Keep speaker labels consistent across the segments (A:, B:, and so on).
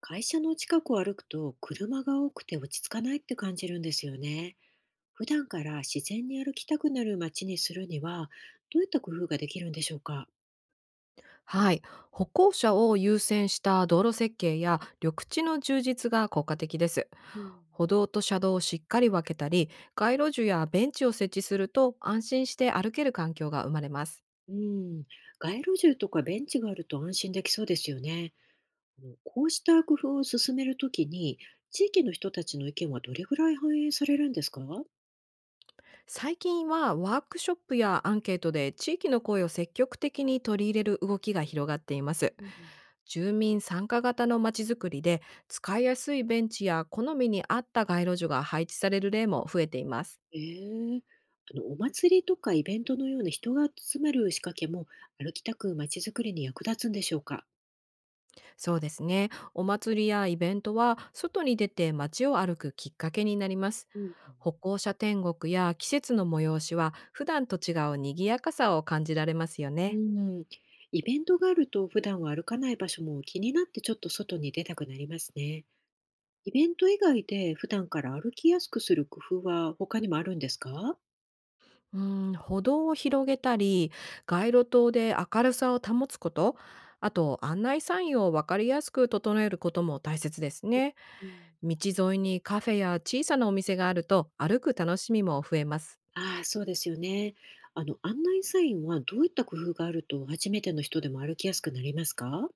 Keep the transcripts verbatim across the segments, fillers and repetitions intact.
A: 会社の近くを歩くと車が多くて落ち着かないって感じるんですよね。普段から自然に歩きたくなる街にするにはどういった工夫ができるんでしょうか？
B: はい、歩行者を優先した道路設計や緑地の充実が効果的です。
A: うん、
B: 歩道と車道をしっかり分けたり、街路樹やベンチを設置すると安心して歩ける環境が生まれます。
A: うん、街路樹とかベンチがあると安心できそうですよね。あのこうした工夫を進めるときに地域の人たちの意見はどれぐらい反映されるんですか？
B: 最近はワークショップやアンケートで地域の声を積極的に取り入れる動きが広がっています。
A: うん。
B: 住民参加型のまちづくりで、使いやすいベンチや好みに合った街路樹が配置される例も増えています。
A: ええ。あのお祭りとかイベントのような人が集まる仕掛けも歩きたく街づくりに役立つんでしょうか？
B: そうですね。お祭りやイベントは外に出て街を歩くきっかけになります。
A: うん。
B: 歩行者天国や季節の催しは普段と違う賑やかさを感じられますよ
A: う
B: ね。
A: ん、イベントがあると普段は歩かない場所も気になってちょっと外に出たくなりますね。イベント以外で普段から歩きやすくする工夫は他にもあるんですか？
B: うん、歩道を広げたり、街路灯で明るさを保つこと、あと案内サインを分かりやすく整えることも大切ですね。
A: うん。
B: 道沿いにカフェや小さなお店があると歩く楽しみも増えます。
A: ああ、そうですよね。あの、案内サインはどういった工夫があると初めての人でも歩きやすくなりますか？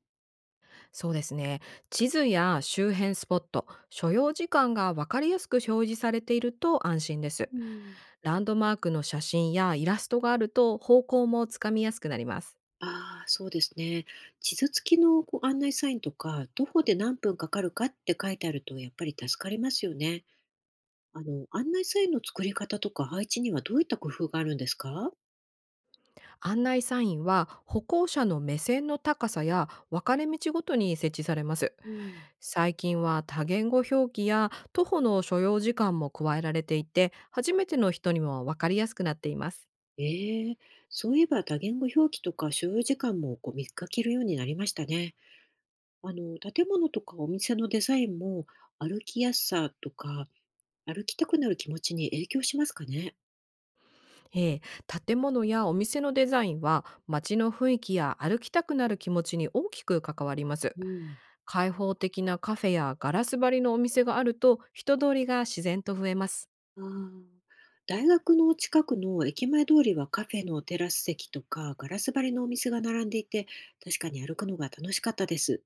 B: そうですね。地図や周辺スポット、所要時間が分かりやすく表示されていると安心です。
A: うん。
B: ランドマークの写真やイラストがあると方向もつかみやすくなります。
A: ああ、そうですね。地図付きのこう案内サインとか、徒歩で何分かかるかって書いてあるとやっぱり助かりますよね。あの、案内サインの作り方とか配置にはどういった工夫があるんですか？
B: 案内サインは歩行者の目線の高さや分かれ道ごとに設置されます。
A: うん。
B: 最近は多言語表記や徒歩の所要時間も加えられていて、初めての人にも分かりやすくなっています。
A: ええ。そういえば多言語表記とか所要時間もこう見かけるようになりましたね。あの、建物とかお店のデザインも歩きやすさとか歩きたくなる気持ちに影響しますかね。
B: ええ、建物やお店のデザインは街の雰囲気や歩きたくなる気持ちに大きく関わります。
A: うん。
B: 開放的なカフェやガラス張りのお店があると人通りが自然と増えます。
A: ああ、大学の近くの駅前通りはカフェのテラス席とかガラス張りのお店が並んでいて確かに歩くのが楽しかったです。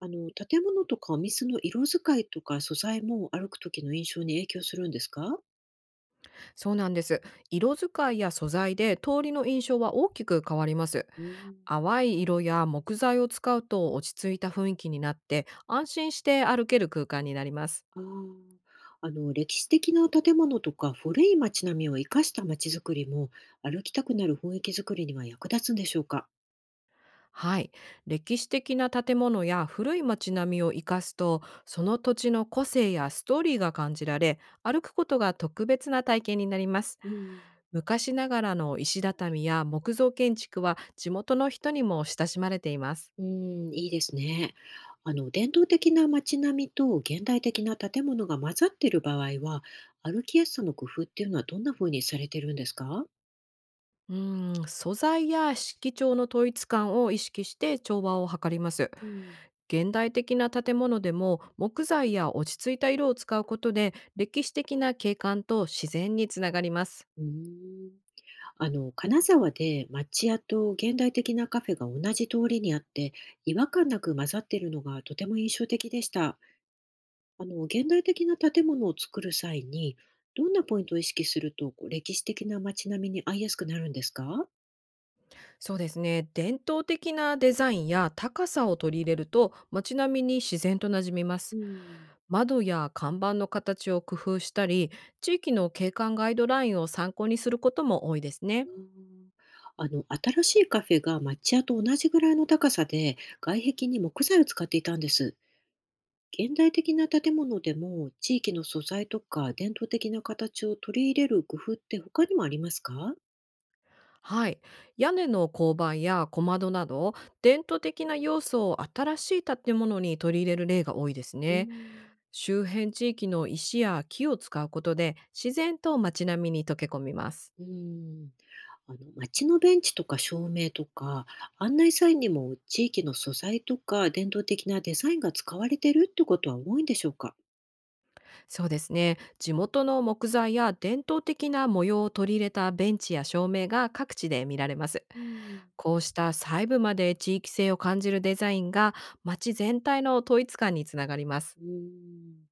A: あの、建物とかお店の色使いとか素材も歩く時の印象に影響するんですか？
B: そうなんです。色使いや素材で通りの印象は大きく変わります。
A: うん。
B: 淡い色や木材を使うと落ち着いた雰囲気になって、安心して歩ける空間になります。
A: ああ、あの、歴史的な建物とか古い街並みを生かした街づくりも、歩きたくなる雰囲気づくりには役立つんでしょうか？
B: はい。歴史的な建物や古い街並みを生かすと、その土地の個性やストーリーが感じられ、歩くことが特別な体験になります。
A: うん。
B: 昔ながらの石畳や木造建築は地元の人にも親しまれています。
A: うん、いいですね。あの、伝統的な街並みと現代的な建物が混ざっている場合は、歩きやすさの工夫っていうのはどんな風にされてるんですか？
B: うーん、素材や色調の統一感を意識して調和を図ります。
A: うん。
B: 現代的な建物でも木材や落ち着いた色を使うことで、歴史的な景観と自然につながります。
A: うん。あの、金沢で町屋と現代的なカフェが同じ通りにあって、違和感なく混ざっているのがとても印象的でした。あの、現代的な建物を作る際に、どんなポイントを意識すると、こう歴史的な街並みに合いやすくなるんですか？
B: そうですね。伝統的なデザインや高さを取り入れると街並みに自然と馴染みます。
A: うん。
B: 窓や看板の形を工夫したり、地域の景観ガイドラインを参考にすることも多いですね。
A: あーあの、新しいカフェが町屋と同じぐらいの高さで、外壁に木材を使っていたんです。現代的な建物でも地域の素材とか伝統的な形を取り入れる工夫って他にもありますか？
B: はい。屋根の勾配や小窓など、伝統的な要素を新しい建物に取り入れる例が多いです
A: うー
B: ね。
A: ん。
B: 周辺地域の石や木を使うことで、自然と街並みに溶け込みます。
A: うーん。あの街のベンチとか照明とか案内サインにも地域の素材とか伝統的なデザインが使われてるってことは多いんでしょうか？
B: そうですね。地元の木材や伝統的な模様を取り入れたベンチや照明が各地で見られます。
A: うーん。
B: こうした細部まで地域性を感じるデザインが、街全体の統一感につながります。
A: うーん。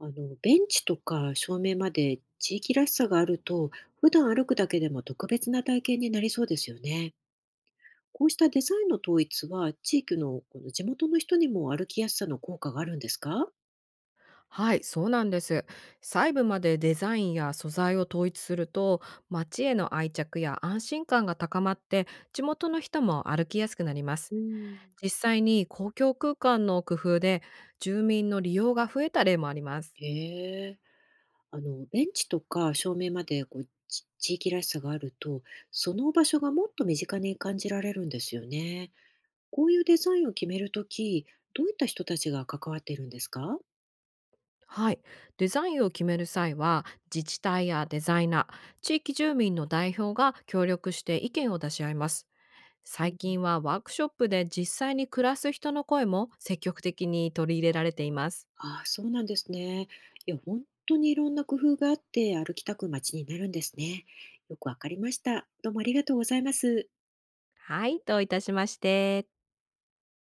A: あのベンチとか照明まで地域らしさがあると普段歩くだけでも特別な体験になりそうですよね。こうしたデザインの統一は、地域のこの地元の人にも歩きやすさの効果があるんですか？
B: はい、そうなんです。細部までデザインや素材を統一すると、街への愛着や安心感が高まって、地元の人も歩きやすくなります。
A: うん。
B: 実際に公共空間の工夫で住民の利用が増えた例もあります。
A: へえ。あのベンチとか照明までこう、ち地域らしさがあると、その場所がもっと身近に感じられるんですよね。こういうデザインを決めるとき、どういった人たちが関わっているんですか？
B: はい、デザインを決める際は、自治体やデザイナー、地域住民の代表が協力して意見を出し合います。
A: う
B: 最
A: ん。
B: 近はワークショップで実際に暮らす人の声も積極的に取り入れられています。
A: ああ、そうなんですね。いや、本当にいろんな工夫があって、歩きたく街になるんですね。よくわかりました。どうもありがとうございます。
B: はい、どういたしまして。